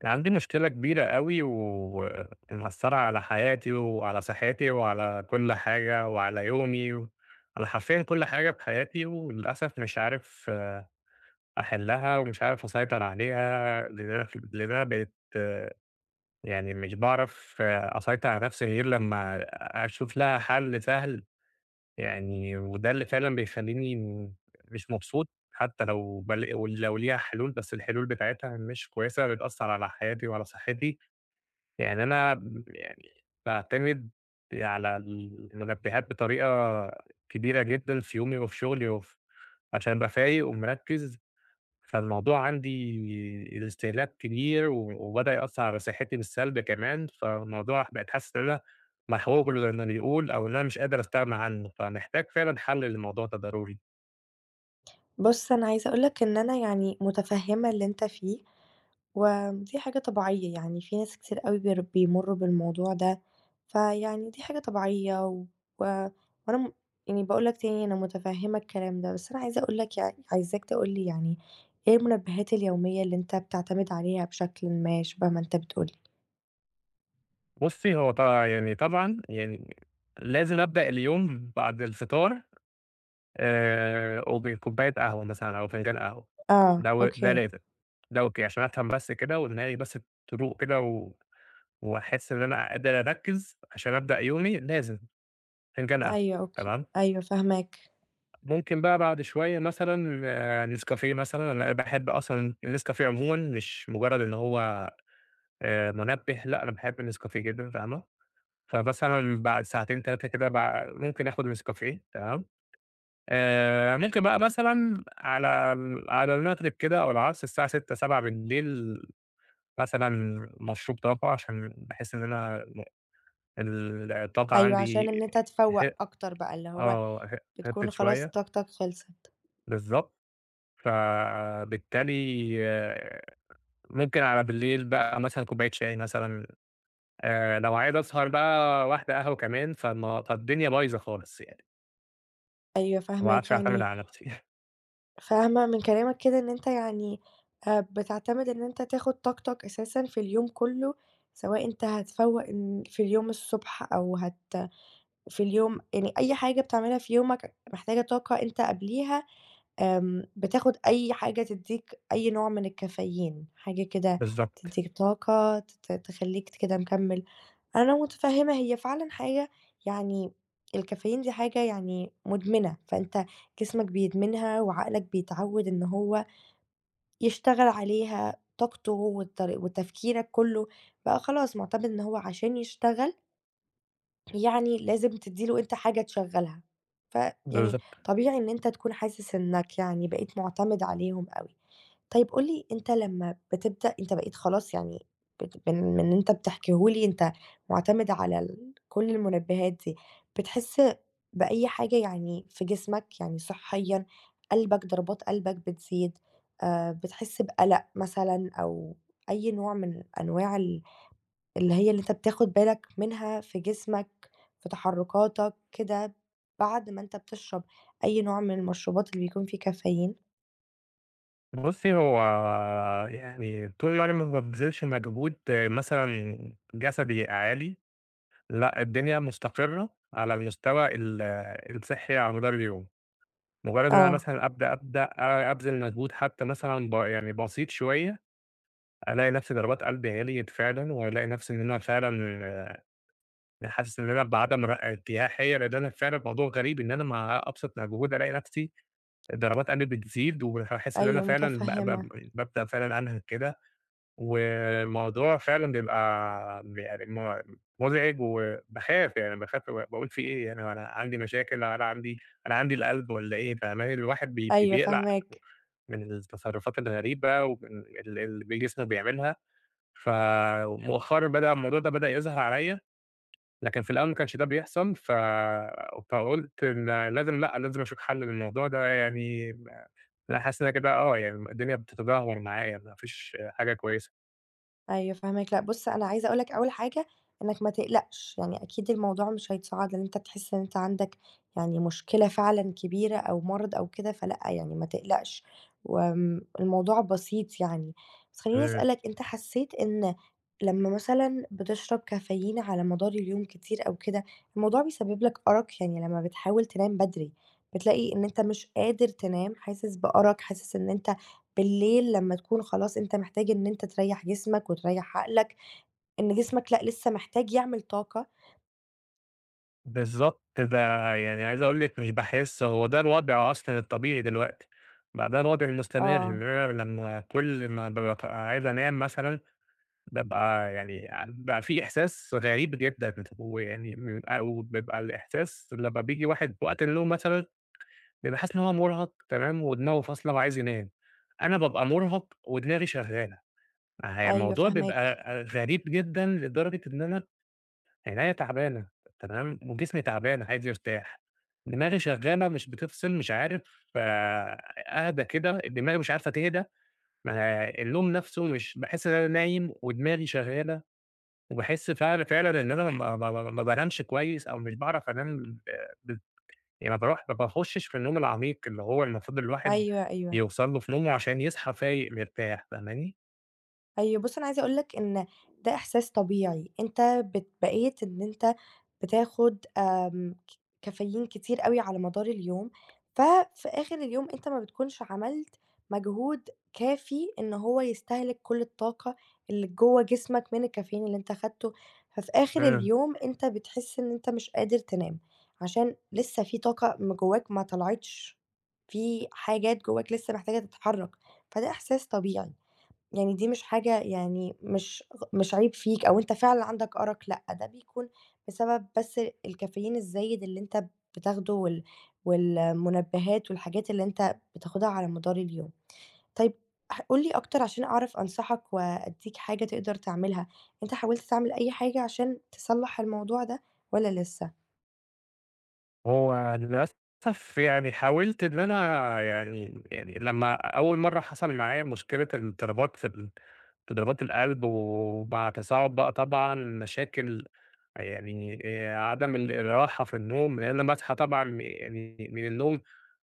كان عندي مشكلة كبيرة أوي ومأثرة على حياتي وعلى صحتي وعلى كل حاجة وعلى يومي وعلى حرفيًا كل حاجة في حياتي وللأسف مش عارف أحلها ومش عارف أسيطر عليها، لده بقيت يعني مش باعرف أسيطر على نفسي غير لما أشوف لها حل سهل يعني، وده اللي فعلًا بيخلّيني مش مبسوط حتى لو ولو ليها حلول، بس الحلول بتاعتها مش كويسة، بتأثر على حياتي وعلى صحتي. يعني أنا يعني باعتمد على المنبهات بطريقة كبيرة جدًا في يومي وفي شغلي عشان أبقى فايق ومركّز، فالموضوع عندي الاستهلاك كبير و وبدأ يأثّر على صحّتي بالسلب كمان، فالموضوع بقيت حاسس إن أنا محروق زي ما بيقول أو إن أنا مش قادر أستغنى عنه، فمحتاج فعلًا حَل للموضوع ده ضروري. بُص، أنا عايزة أقول لك إن أنا يعني مُتفهِّمة اللي أنت فيه، ودي حاجة طبيعية، يعني في ناس كتير أوي بيمُرّوا بالموضوع ده، فيعني دي حاجة طبيعية و و... وأنا م يعني باقول لك تاني أنا مُتفهِّمة الكلام ده، بس أنا عايزة أقول لك عايزاك تقول لي يعني إيه المنبهات اليومية اللي أنت بتعتمد عليها بشكلٍ ما شبه ما أنت بتقول لي؟ بُصّي، هو يعني طبعًا يعني لازم أبدأ اليوم بعد الفطار وبكوباية قهوة مثلًا أو فنجان قهوة، آه، ده أوكي. لازم، ده أوكي عشان أفهم بس كده ودماغي بس تروق كده و وأحس إن أنا قادر أركّز عشان أبدأ يومي لازم فنجان قهوة، أيوه، أوكي. تمام، أيوه فاهماك. ممكن بقى بعد شوية مثلًا نسكافيه مثلًا، أنا باحب أصلًا النسكافيه عمومًا مش مجرّد إن هو منبه، لأ أنا باحب النسكافيه جدًا، فاهمة، فمثلًا بعد ساعتين 3 كده ممكن آخُد نسكافيه، تمام. ممكن بقى مثلًا على على المغرب كده أو العصر الساعة 18:00، 19:00 مثلًا مشروب طاقة عشان باحس إن أنا الطاقة أيوه، عشان عندي إن أنت تفوّق ه أكتر بقى، اللي هو آه، ه بتكون هبِّت خلاص شوية طاقتك خلصت. بالضبط، فبالتالي آه، ممكن على بالليل بقى مثلًا كوباية شاي مثلًا، لو عايز أسهر بقى واحدة قهوة كمان، فالدنيا بايظة خالص يعني. أيوه ما فاهماك، باعرفش أعتمد يعني على نفسي. فاهمة من كلامك كده إن أنت يعني بتعتمد إن أنت تاخد طاقتك أساسًا في اليوم كله، سواء أنت هتفوّق إن في اليوم الصبح أو في اليوم يعني أي حاجة بتعملها في يومك محتاجة طاقة أنت قبليها. بتاخد أي حاجة تدّيك أي نوع من الكافيين، حاجة كده بالضبط، تدّيك طاقة، تخلّيك كده مكمّل. أنا متفهّمة هي فعلًا حاجة يعني الكافيين دي حاجة يعني مُدمنة، فأنت جسمك بيدمنها وعقلك بيتعوّد إن هو يشتغل عليها، طاقته والطري وتفكيرك كُلّه بقى خلاص مُعتمد إن هو عشان يشتغل يعني لازم تدّي له أنت حاجة تشغّلها، فيعني بالضبط. طبيعي إن أنت تكون حاسس إنك يعني بقيت مُعتمد عليهم أوي. طيب قُل لي أنت لمّا بتبدأ أنت بقيت خلاص يعني بت من من اللي أنت بتحكيه لي أنت مُعتمد على كل المنبهات دي، بتحس بأي حاجة يعني في جسمك؟ يعني صحيًا، قلبك ضربات قلبك بتزيد، بتحس بقلق مثلًا أو أي نوع من أنواع ال اللي هي اللي أنت بتاخد بالك منها في جسمك، في تحرُّكاتك، كده بعد ما أنت بتشرب أي نوع من المشروبات اللي بيكون فيه كافيين. بُصّي، هو يعني طول الوقت ما بابذلش مجهود مثلًا جسدي عالي، لأ، الدنيا مستقرة على المستوى الصحّي على مدار اليوم. مجرد إن أنا آه، مثلًا أبدأ أبذل مجهود حتى مثلًا يعني بسيط شوية، ألاقي نفسي ضربات قلبي عِلْيِت فعلًا، وألاقي نفسي إن أنا فعلًا حاسس إن أنا بعدم ارتياحية، لإن أنا فعلًا موضوع غريب إن أنا مع أبسط مجهود ألاقي نفسي ضربات قلبي بتزيد، وهاحس إن أنا أيوه فعلًا ب ب متفهّمة، بابدأ فعلًا أنهِك كده، والموضوع فعلًا بيبقى يعني مزعج وباخاف يعني باخاف ب باقول في إيه يعني هو أنا عندي مشاكل، أنا عندي القلب والّا إيه؟ فاهماني؟ الواحد أيوه بيقلق. فاهماك. من التصرفات الغريبة ومن اللي جسمي بيعملها، فمؤخرًا بدأ الموضوع ده بدأ يظهر عليَّ، لكن في الأول ما كانش ده بيحصل، فقُلت إن لأ، لازم أشوف حل للموضوع ده يعني أنا حاسس إن أنا كده يعني الدنيا بتتدهور معايا، ما فيش حاجة كويسة. أيوه فاهماك، لأ بُص أنا عايزة أقول لك أول حاجة إنك ما تقلقش، يعني أكيد الموضوع مش هيتصاعد إن أنت تحس إن أنت عندك يعني مشكلة فعلًا كبيرة أو مرض أو كده، فلأ يعني ما تقلقش، الموضوع بسيط يعني. بس خلّيني آآ أسألك أنت حسيت إن لمّا مثلًا بتشرب كافيين على مدار اليوم كتير أو كده، الموضوع بيسبب لك أرق؟ يعني لمّا بتحاول تنام بدري بتلاقي إن أنت مش قادر تنام، حاسس بأرق، حاسس إن أنت بالليل لمّا تكون خلاص أنت محتاج إن أنت تريّح جسمك وتريّح عقلك، إن جسمك لأ لسه محتاج يعمل طاقة. بالضبط، ده يعني عايز أقول لِك مش باحس هو ده الوضع أصلًا الطبيعي دلوقتي، بقى ده الوضع المستمر، آه، إن أنا لمّا كل ما بابقى عايز أنام مثلًا بابقى يعني بقى في إحساس غريب جدًا، ويعني بيبقى وبيبقى الإحساس لمّا بييجي واحد وقت النوم مثلًا، بيبقى حاسس إن هو مُرهَق تمام، ودماغه فاصلة وعايز ينام، أنا بابقى مُرهَق ودماغي شغالة، أيوه الموضوع فاهماك. بيبقى غريب جدًا لدرجة إن أنا عينيّا تعبانة تمام، وجسمي تعبان عايز يرتاح، دماغي شغالة مش بتفصل، مش عارف أهدى كده، دماغي مش عارفة تهدى، ما النوم نَفْسه مش باحس إن أنا نايم ودماغي شغالة. وباحس فعلًا إن أنا ما بانامش كويس أو مش باعرف أنام ب يعني ما باخشش في النوم العميق اللي هو المفروض الواحد أيوه، أيوه، يوصل له في نومه عشان يصحى فايق مرتاح، فاهماني؟ أيوه بُص أنا عايزة أقول لك إن ده إحساس طبيعي، أنت بقيت إن أنت بتاخد آمم ك كافيين كتير أوي على مدار اليوم، ففي آخر اليوم أنت ما بتكونش عملت مجهود كافي إن هو يستهلك كل الطاقة اللي جوّه جسمك من الكافيين اللي أنت أخدته، ففي آخر إمم. اليوم أنت بتحس إن أنت مش قادر تنام، عشان لسه في طاقة من جواك ما طلعتش، في حاجات جواك لسه محتاجة تتحرك، فده إحساس طبيعي. يعني دي مش حاجة يعني مش عيب فيك أو أنت فعلًا عندك أرق، لأ، ده بيكون بسبب بس الكافيين الزايد اللي أنت بتاخده والمنبهات والحاجات اللي أنت بتاخدها على مدار اليوم. طيب قُل لي أكتر عشان أعرف أنصحك وأدّيك حاجة تقدر تعملها، أنت حاولت تعمل أي حاجة عشان تصلّح الموضوع ده والّا لسه؟ هو للأسف يعني حاولت إن أنا يعني لمّا أول مرّة حصل معايا مشكلة الاضطرابات في ضربات القلب ومع تصاعد بقى طبعًا مشاكل يعني عدم الراحة في النوم، لإن لمّا أصحى طبعًا يعني من النوم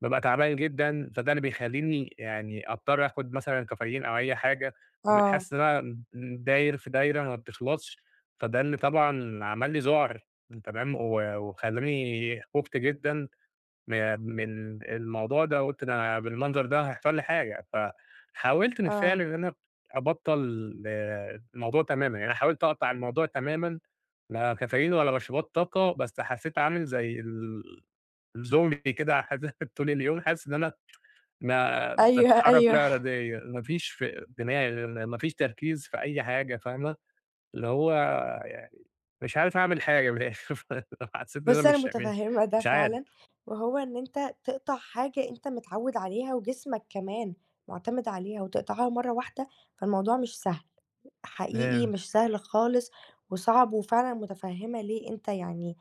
بابقى تعبان جدًا، فده اللي بيخلّيني يعني أضطر آخُد مثلًا كافيين أو أي حاجة، آه، فبتحس إن أنا داير في دايرة ما بتخلصش، فده اللي طبعًا عمل لي ذُعر تمام، و وخلّاني خُفت جدًا م من الموضوع ده، قُلت ده بالمنظر ده هيحصل لي حاجة، فحاولت بالفعل آه. إن أنا أبطّل الموضوع تمامًا، يعني أنا حاولت أقطع الموضوع تمامًا لا كافيين ولا مشروبات طاقة، بس حسّيت عامل زي ال زومبي كده طول اليوم حاسس إن أنا ما أيوه، باتحرك أيوه. لا إراديًا، ما فيش في دماغ، ما فيش تركيز في أي حاجة فاهمة، اللي هو يعني مش عارف أعمل حاجة من الآخر حسيت إن أنا بُص، أنا متفهّمة ده مش عارف. فعلًا، وهو إن أنت تقطع حاجة أنت متعوّد عليها وجسمك كمان مُعتمد عليها وتقطعها مرّة واحدة، فالموضوع مش سهل، حقيقي تمام، مش سهل خالص وصعب وفعلًا متفهّمة ليه أنت يعني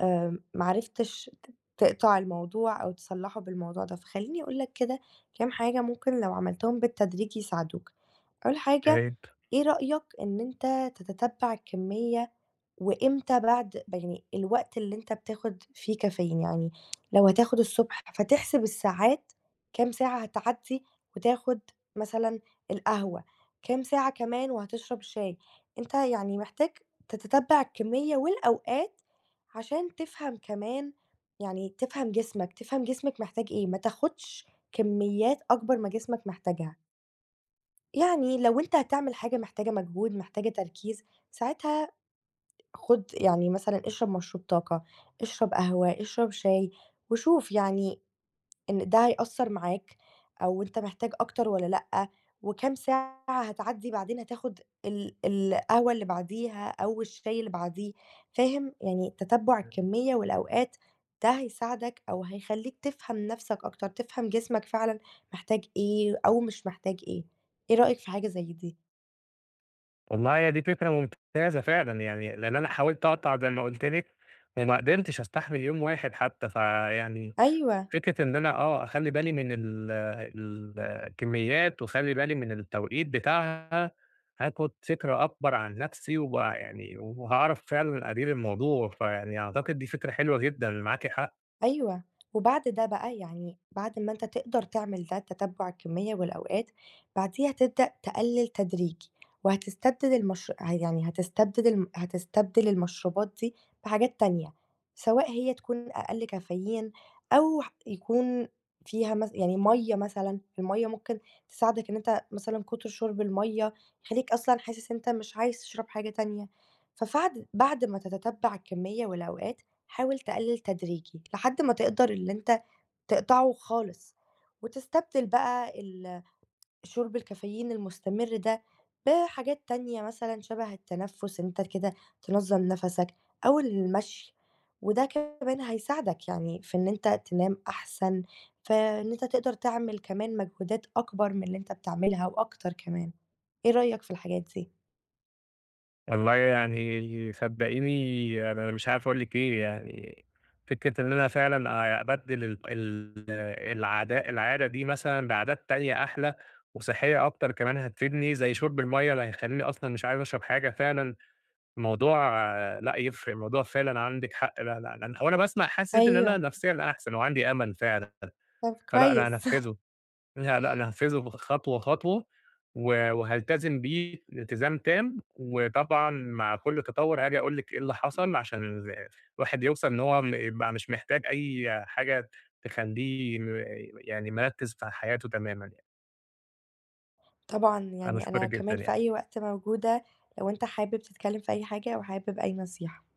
ما عرفتش تقطع الموضوع أو تصلّحه بالموضوع ده، فخلّيني أقول لك كده كام حاجة ممكن لو عملتهم بالتدريج يساعدوك. أول حاجة، فهمت. إيه رأيك إن أنت تتتبّع الكمية وإمتى بعد يعني الوقت اللي أنت بتاخد فيه كافيين، يعني لو هتاخد الصبح فتحسب الساعات كام ساعة هتعدّي وتاخد مثلًا القهوة، كام ساعة كمان وهتشرب شاي، أنت يعني محتاج تتتبّع الكمية والأوقات عشان تفهم كمان يعني تفهم جسمك، تفهم جسمك محتاج إيه، ما تاخدش كميات أكبر ما جسمك محتاجها، يعني لو أنت هتعمل حاجة محتاجة مجهود، محتاجة تركيز، ساعتها خُد يعني مثلًا اشرب مشروب طاقة، اشرب قهوة، اشرب شاي، وشوف يعني إن ده هيأثّر معاك أو أنت محتاج أكتر والّا لأ، وكام ساعة هتعدّي بعدين هتاخد القهوة اللي بعديها أو الشاي اللي بعديه، فاهم؟ يعني تتبُّع الكمية والأوقات ده هيساعدك أو هيخلّيك تفهم نَفْسك أكتر، تفهم جسمك فعلًا محتاج إيه أو مش محتاج إيه، إيه رأيك في حاجة زي دي؟ والله هي دي فكرة ممتازة فعلًا يعني، لأن أنا حاولت أقطع زي ما قُلت لِك وما قدرتش أستحمل يوم واحد حتى، فيعني أيوه. فكرة إن أنا أخلّي بالي من الكميات وأخلّي بالي من التوقيت بتاعها، هاخد فكرة أكبر عن نفسي وبقى يعني وهاعرف فعلًا أدير الموضوع، فيعني أعتقد دي فكرة حلوة جدًا، معاكِ حق. أيوه، وبعد ده بقى يعني بعد ما أنت تقدر تعمل ده تتبع الكمية والأوقات، بعديها تبدأ تقلل تدريجي، وهتستبدل المش ه يعني هتستبدل المشروبات دي بحاجات تانية، سواء هي تكون أقل كافيين أو يكون فيها يعني مَيّة مثلًا، المَيّة ممكن تساعدك إن أنت مثلًا كتر شرب المَيّة يخلّيك أصلًا حاسس إن أنت مش عايز تشرب حاجة تانية، ففعد بعد ما تتتبع الكمية والأوقات حاول تقلل تدريجي لحد ما تقدر اللي أنت تقطعه خالص، وتستبدل بقى شرب الكافيين المستمر ده بحاجات تانية مثلًا شبه التنفس إن أنت كده تنظم نفسك أو المشي، وده كمان هيساعدك يعني في إن أنت تنام أحسن، فإن أنت تقدر تعمل كمان مجهودات أكبر من اللي أنت بتعملها وأكتر كمان. إيه رأيك في الحاجات دي؟ والله يعني صدقيني أنا مش عارف أقول لِك إيه، يعني فكرة إن أنا فعلًا أبدِّل ال ال العادا العادة دي مثلًا بعادات تانية أحلى وصحية أكتر كمان هتفيدني، زي شُرب المَيّة اللي هيخلّيني أصلًا مش عايز أشرب حاجة فعلًا الموضوع لأ يفرق، الموضوع فعلًا عندِك حق لأ، لأ، لأ، هو أنا باسمع حسّيت إن أنا أيوه، نفسيًا أحسن وعندي أمل فعلًا، طب فلأ أنا كويس. هانفّذه، لأ، لأ، أنا هانفّذه خطوة، خطوة و وهالتزم بيه التزام تام، وطبعًا مع كل تطوُّر هاجي أقول لِك إيه اللي حصل عشان الواحد يوصل إن هو يبقى مش محتاج أي حاجة تخلّيه يعني مركّز في حياته تمامًا يعني. طبعًا، أنا يعني أنا باشكرِك جدًا كمان في يعني. أي وقت موجودة لو أنت حابب تتكلم في أي حاجة أو حابب أي نصيحة.